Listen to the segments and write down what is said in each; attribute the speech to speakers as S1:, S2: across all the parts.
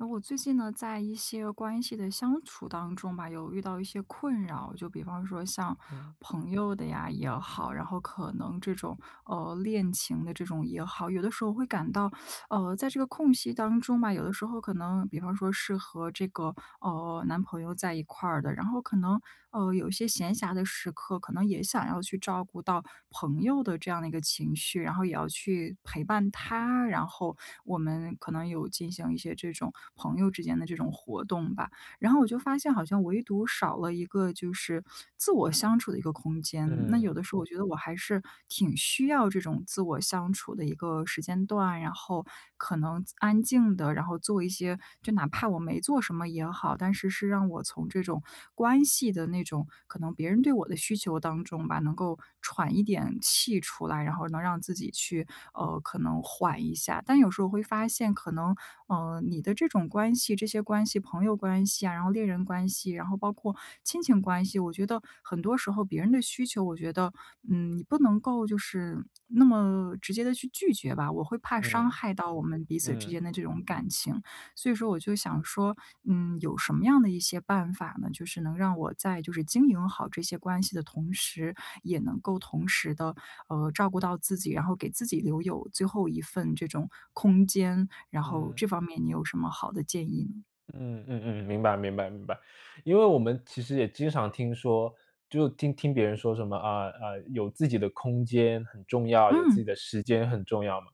S1: 那我最近呢，在一些关系的相处当中吧，有遇到一些困扰，就比方说像
S2: 嗯
S1: 朋友的呀也好，然后可能这种恋情的这种也好，有的时候会感到，在这个空隙当中吧，有的时候可能，比方说是和这个哦，男朋友在一块儿的。然后可能，有一些闲暇的时刻，可能也想要去照顾到朋友的这样的一个情绪，然后也要去陪伴他，然后我们可能有进行一些这种朋友之间的这种活动吧。然后我就发现好像唯独少了一个就是自我相处的一个空间。那有
S2: 嗯
S1: 的时候我觉得我还是挺需要这种自我相处的一个时间段，然后可能安静的，然后做一些就哪怕我没做什么也好，但是是让我从这种关系的那种可能别人对我的需求当中吧，能够喘一点气出来，然后能让自己去，可能缓一下。但有时候会发现可能,你的这种关系，这些关系，朋友关系啊，然后恋人关系，然后包括亲情关系，我觉得很多时候别人的需求，我觉得，嗯，你不能够就是那么直接的去拒绝吧，我会怕伤
S2: 嗯
S1: 害到我们彼此之间
S2: 嗯
S1: 的这种感情。所以说，我就想说，嗯，有什么样的一些办法呢？就是能让我在就是经营好这些关系的同时，也能够同时的照顾到自己，然后给自己留有最后一份这种空间，然后
S2: 嗯，
S1: 这方面你有什么好的建议呢？
S2: 嗯嗯嗯，明白明白明白。因为我们其实也经常听说，就听听别人说什么啊，有自己的空间很重要，有自
S1: 嗯，
S2: 己的时间很重要嘛。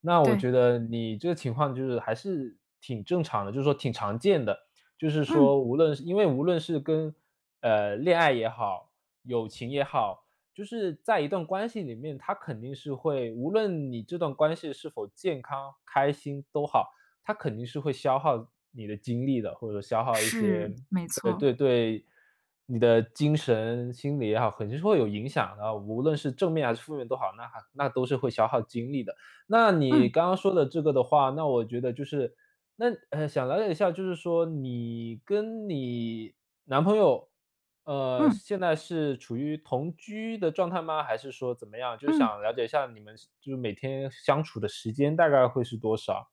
S2: 那我
S1: 对，
S2: 觉得你这个情况就是还是挺正常的，就是说挺常见的。就是
S1: 嗯，
S2: 说无论是跟恋爱也好，友情也好，就是在一段关系里面，他肯定是会无论你这段关系是否健康、开心都好。它肯定是会消耗你的精力的，或者说消耗一些，
S1: 是，没
S2: 对
S1: 错，
S2: 对对，你的精神、心理也好，肯定是会有影响的，无论是正面还是负面都好，那都是会消耗精力的。那你
S1: 嗯，
S2: 刚刚说的这个的话，那我觉得就是想了解一下，就是说你跟你男朋友，
S1: 嗯，
S2: 现在是处于同居的状态吗？还是说怎么样？就是
S1: 嗯。
S2: 想了解一下你们就是每天相处的时间大概会是多少？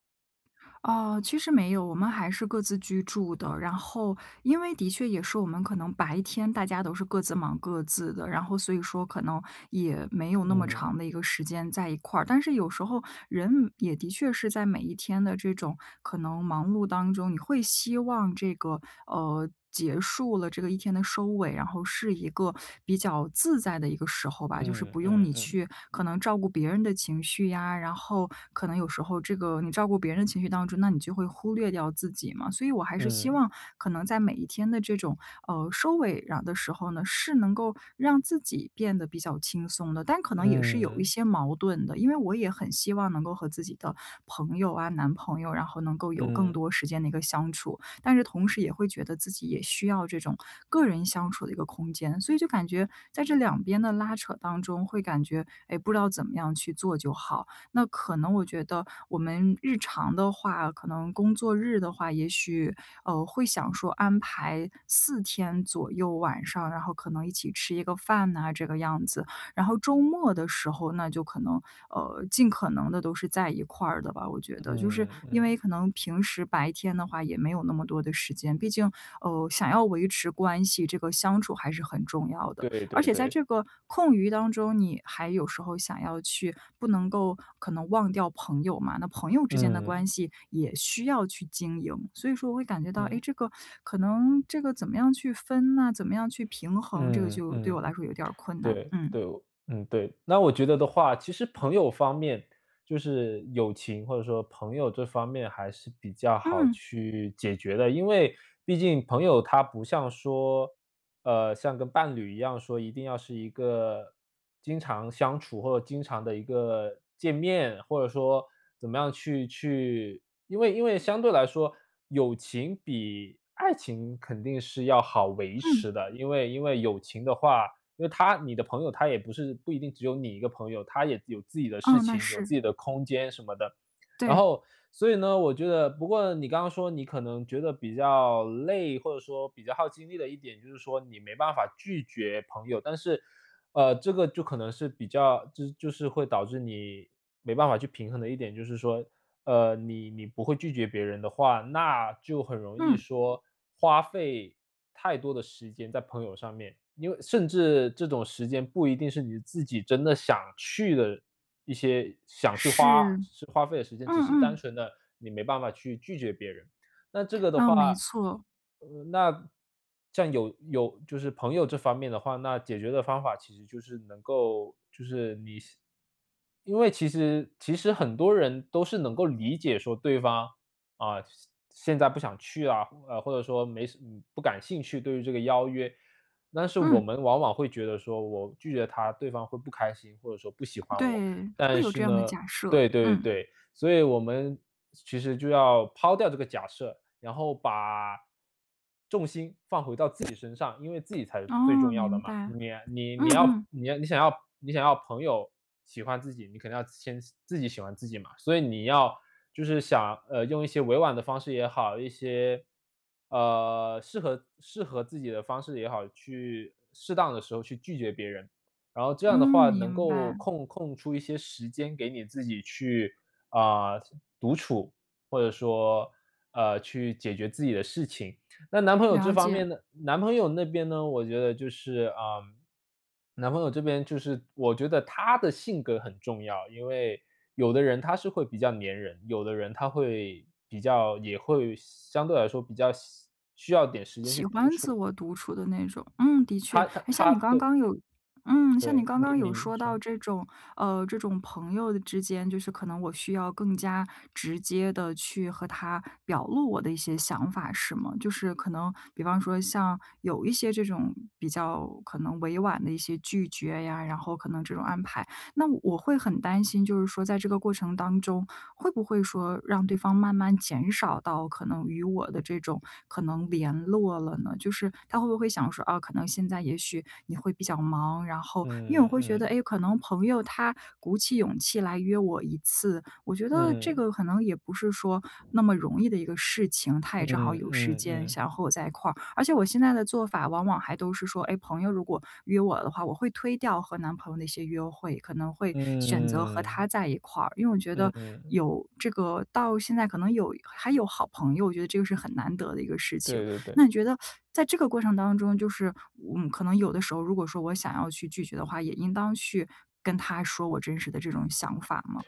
S1: 哦，其实没有，我们还是各自居住的。然后因为的确也是我们可能白天大家都是各自忙各自的，然后所以说可能也没有那么
S2: 嗯。
S1: 长的一个时间在一块儿。但是有时候人也的确是在每一天的这种可能忙碌当中，你会希望这个，结束了这个一天的收尾，然后是一个比较自在的一个时候吧，就是
S2: 嗯
S1: 不用
S2: 嗯
S1: 你
S2: 嗯
S1: 去可能照顾别人的情绪呀，然后可能有时候这个你照顾别人的情绪当中，那你就会忽略掉自己嘛。所以我还是希
S2: 嗯
S1: 望可能在每一天的这种收尾然的时候呢，是能够让自己变得比较轻松的，但可能也是有一
S2: 嗯
S1: 些矛盾的，因为我也很希望能够和自己的朋友啊、男朋友，然后能够有更
S2: 嗯
S1: 多时间的一个相处，但是同时也会觉得自己也需要这种个人相处的一个空间。所以就感觉在这两边的拉扯当中，会感觉，哎，不知道怎么样去做就好。那可能我觉得我们日常的话，可能工作日的话，也许，会想说安排四天左右晚上，然后可能一起吃一个饭呐，这个样子。然后周末的时候，那就可能,尽可能的都是在一块儿的吧，我觉得。就是
S2: 嗯
S1: 因为
S2: 嗯。
S1: 可能平时白天的话也没有那么多的时间，毕竟，想要维持关系，这个相处还是很重要的。
S2: 对
S1: 而
S2: 对
S1: 且在
S2: 对。
S1: 这个空余当中，你还有时候想要去不能够可能忘掉朋友嘛，那朋友之间的关
S2: 嗯
S1: 系也需要去经营。所以说我会感觉到，哎，
S2: 嗯
S1: 这个可能这个怎么样去分呐，怎么样去平衡，这个
S2: 嗯
S1: 就对我来
S2: 嗯。
S1: 说有点儿困难。
S2: 对
S1: 嗯。
S2: 对，嗯，对。那我觉得的话，其实朋友方面，就是友情或者说朋友这方面还是比较好
S1: 嗯，
S2: 去解决的，因为毕竟朋友他不像说，像跟伴侣一样说一定要是一个经常相处或者经常的一个见面，或者说怎么样去，因为相对来说，友情比爱情肯定是要好维
S1: 嗯，
S2: 持的，因为友情的话。因为他你的朋友他也不一定只有你一个朋友，他也有自己的事
S1: 哦，那
S2: 情，有
S1: 是，
S2: 自己的空间什么的。然
S1: 对。
S2: 后，所以呢，我觉得，不过你刚刚说你可能觉得比较累，或者说比较耗精力的一点，就是说你没办法拒绝朋友，但是，这个就可能是比较，就是会导致你没办法去平衡的一点，就是说你不会拒绝别人的话，那就很容易
S1: 嗯，
S2: 说花费太多的时间在朋友上面，因为甚至这种时间不一定是你自己真的想去的一些想去
S1: 是，
S2: 花费的时间，只
S1: 嗯
S2: 是单
S1: 嗯，
S2: 纯的你没办法去拒绝别人。那这个的
S1: 嗯，没
S2: 话，
S1: 错，
S2: 那像有就是朋友这方面的话，那解决的方法其实就是能够就是你因为其实很多人都是能够理解说对方啊，现在不想去啊，或者说没什嗯不感兴趣对于这个邀约，但是我
S1: 嗯，
S2: 们往往会觉得说我拒绝他，对方会不开心，或者说不喜欢我。
S1: 对，会
S2: 但
S1: 有
S2: 是
S1: 这样的
S2: 呢，
S1: 假设，
S2: 对对
S1: 嗯，
S2: 对，所以我们其实就要抛掉这个假设，然后把重心放回到自己身上，因为自己才是最
S1: 哦，
S2: 重要的
S1: 明
S2: 嘛。
S1: 白，
S2: 你你
S1: 嗯
S2: 你要
S1: 嗯，
S2: 你要你想要你想要朋友喜欢自己，你肯定要先自己喜欢自己嘛。所以你要就是想呃用一些委婉的方式也好，一些适合自己的方式也好，去适当的时候去拒绝别人。然后这样的
S1: 嗯，
S2: 话，能
S1: 明
S2: 够
S1: 白，
S2: 空出一些时间给你自己去啊、呃独处，或者说去解决自己的事情。那男朋友这
S1: 了
S2: 方
S1: 解。
S2: 面呢，男朋友那边呢，我觉得就是男朋友这边就是我觉得他的性格很重要，因为有的人他是会比较粘人，有的人他会比较也会相对来说比较需要点时间去
S1: 喜
S2: 独
S1: 欢自
S2: 处。
S1: 我独处的那种，嗯，的确，
S2: 他他
S1: 哎，像
S2: 他，
S1: 你刚
S2: 对
S1: 刚有，嗯，像你
S2: 对，
S1: 刚
S2: 你
S1: 刚
S2: 你
S1: 有
S2: 你
S1: 说到
S2: 说，
S1: 这种，这种朋友的之间，就是可能我需要更加直接的去和他表露我的一些想法，是吗？就是可能，比方说像有一些这种比较可能委婉的一些拒绝呀，然后可能这种安排，那我会很担心，就是说在这个过程当中，会不会说让对方慢慢减少到可能与我的这种可能联络了呢？就是他会不会想说啊，可能现在也许你会比较忙，然后因为我会觉得，
S2: 嗯
S1: 哎，可能朋友他鼓起勇气来约我一次，我觉得这
S2: 嗯
S1: 个可能也不是说那么容易的一个事情，他
S2: 嗯
S1: 也
S2: 嗯
S1: 正好
S2: 嗯嗯
S1: 有时
S2: 嗯。
S1: 间
S2: 嗯
S1: 想要和我在一块儿，而且我现在的做法往往还都是说，哎，朋友如果约我的话，我会推掉和男朋友那些约会，可能会选择和
S2: 嗯
S1: 他在一块儿。因为我觉
S2: 嗯
S1: 得
S2: 嗯，
S1: 有这个到现在可能有还有好朋友，我觉得这个是很难得的一个事情。
S2: 对对对，
S1: 那你觉得在这个过程当中，就是嗯，可能有的时候如果说我想要去拒绝的话，也应当去跟他说我真实的这种想法吗？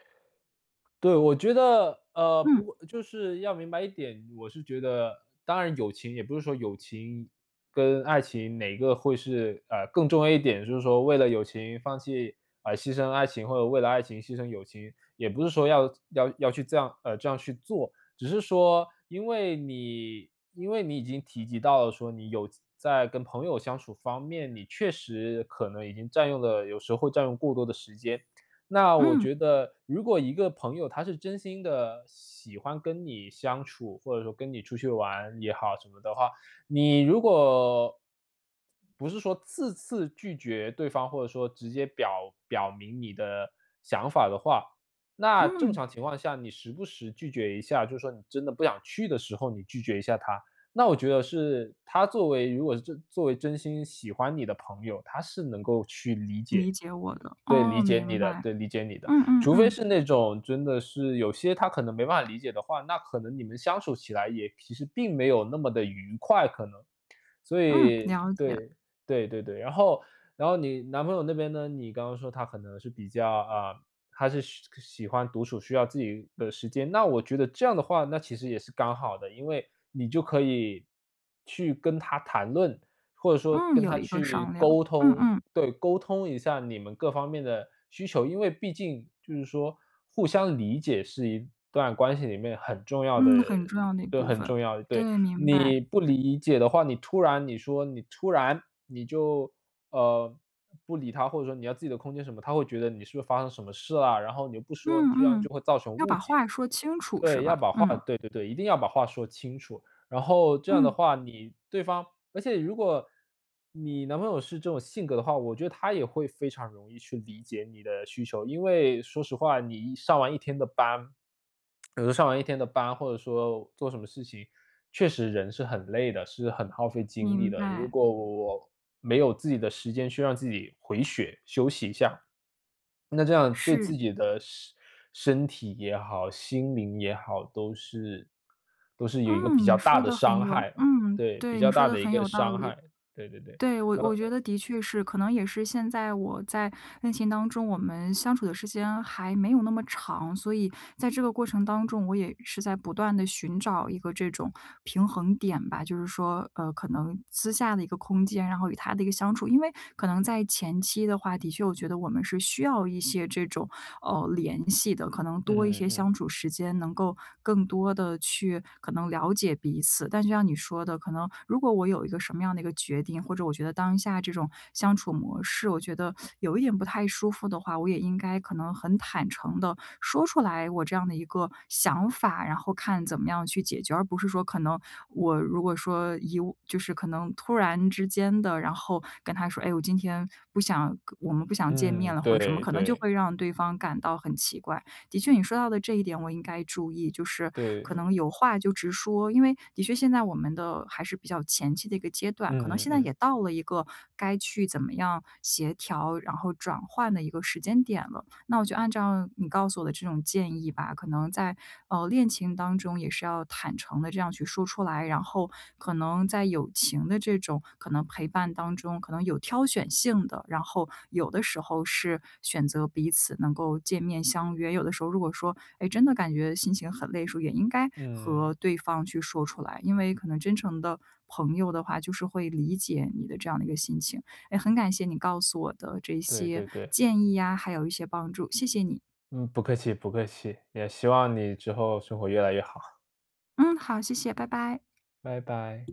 S2: 对，我觉得，不
S1: 嗯
S2: 过就是要明白一点，我是觉得，当然友情也不是说友情跟爱情哪个会是，更重要一点，就是说为了友情放弃，牺牲爱情，或者为了爱情牺牲友情，也不是说要去这样，这样去做，只是说因为你已经提及到了说你有在跟朋友相处方面，你确实可能已经占用了，有时候会占用过多的时间。那我
S1: 嗯
S2: 觉得，如果一个朋友他是真心的喜欢跟你相处，或者说跟你出去玩也好什么的话，你如果不是说次次拒绝对方，或者说直接表明你的想法的话，那正
S1: 嗯，
S2: 常情况下，你时不时拒绝一下，就是说你真的不想去的时候，你拒绝一下他。那我觉得是他作为真心喜欢你的朋友，他是能够去理解，
S1: 理解我的，
S2: 对，理
S1: 哦，
S2: 解你
S1: 明
S2: 的，
S1: 白，
S2: 对，理解你的。
S1: 嗯嗯
S2: 除非
S1: 嗯
S2: 是那种真的是有些他可能没办法理解的话，那可能你们相处起来也其实并没有那么的愉快可能。所
S1: 嗯，
S2: 以
S1: 了解。
S2: 对，对对对，然后你男朋友那边呢，你刚刚说他可能是比较，他是喜欢独处，需要自己的时间，那我觉得这样的话，那其实也是刚好的，因为你就可以去跟他谈论，或者说
S1: 嗯，
S2: 跟他
S1: 有一个
S2: 去
S1: 商量。
S2: 沟
S1: 嗯
S2: 通，
S1: 嗯，
S2: 对，沟通一下你们各方面的需求，因为毕竟就是说互相理解是一段关系里面很重要的
S1: 嗯，很重
S2: 一
S1: 要的一
S2: 个
S1: 部
S2: 很
S1: 分。
S2: 重要的，对，
S1: 对，明白。
S2: 你不理解的话，你突然就，呃，不理他，或者说你要自己的空间什么，他会觉得你是不是发生什么事了，然后你又不
S1: 嗯
S2: 说，这样就
S1: 嗯，
S2: 会造成
S1: 要
S2: 误
S1: 把
S2: 解。
S1: 话说清楚是
S2: 对，要
S1: 吧？
S2: 把话，
S1: 嗯，
S2: 对对对，一定要把话说清楚。然后这样的
S1: 嗯，
S2: 话，你对方而且如果你男朋友是这种性格的话，我觉得他也会非常容易去理解你的需求。因为说实话，你一上完一天的班，有时候上完一天的班，或者说做什么事情，确实人是很累的，是很耗费精力
S1: 明
S2: 的。如
S1: 白，
S2: 果我没有自己的时间去让自己回血休息一下，那这样对自
S1: 是。
S2: 己的身体也好，心灵也好，都是有一个比
S1: 嗯，
S2: 较
S1: 你
S2: 大
S1: 说
S2: 的
S1: 的很
S2: 伤
S1: 有
S2: 害，
S1: 嗯，
S2: 对，比
S1: 对，
S2: 较
S1: 你说
S2: 大
S1: 的
S2: 的一
S1: 很
S2: 个
S1: 有道
S2: 伤
S1: 理。
S2: 害，对对对。
S1: 对，我
S2: 然后
S1: 我觉得的确是，可能也是现在我在恋情当中，我们相处的时间还没有那么长，所以在这个过程当中，我也是在不断的寻找一个这种平衡点吧。就是说，可能私下的一个空间，然后与他的一个相处。因为可能在前期的话，的确我觉得我们是需要一些这种，联系的，可能多一
S2: 嗯
S1: 些
S2: 嗯
S1: 相处时间，能够更多的去可能了解彼此。但就像你说的，可能如果我有一个什么样的一个决定，或者我觉得当下这种相处模式，我觉得有一点不太舒服的话，我也应该可能很坦诚的说出来我这样的一个想法，然后看怎么样去解决，而不是说可能我如果说一就是可能突然之间的，然后跟他说：“哎，我们不想见面
S2: 嗯，
S1: 了”或者什么，
S2: 对
S1: 可能就
S2: 对
S1: 会让对方感到很奇怪。的确你说到的这一点我应该注意，就是可
S2: 对，
S1: 能有话就直说。因为的确现在我们的还是比较前期的一个阶段，可能
S2: 嗯
S1: 现在
S2: 嗯
S1: 也到了一个该去怎么样协调，然后转换的一个时间点了。那我就按照你告诉我的这种建议吧，可能在，恋情当中也是要坦诚的这样去说出来，然后可能在友情的这种可能陪伴当中，可能有挑选性的，然后有的时候是选择彼此能够见面相约，有的时候如果说，哎，真的感觉心情很累的时候，也应该
S2: 嗯，
S1: 和对方去说出来，因为可能真诚的朋友的话，就是会理解你的这样的一个心情。也很感谢你告诉我的这
S2: 对
S1: 些
S2: 对对，
S1: 建议呀，还有一些帮助，谢谢你。
S2: 嗯，不客气不客气，也希望你之后生活越来越好，
S1: 嗯，好，谢谢，拜拜。
S2: 拜拜。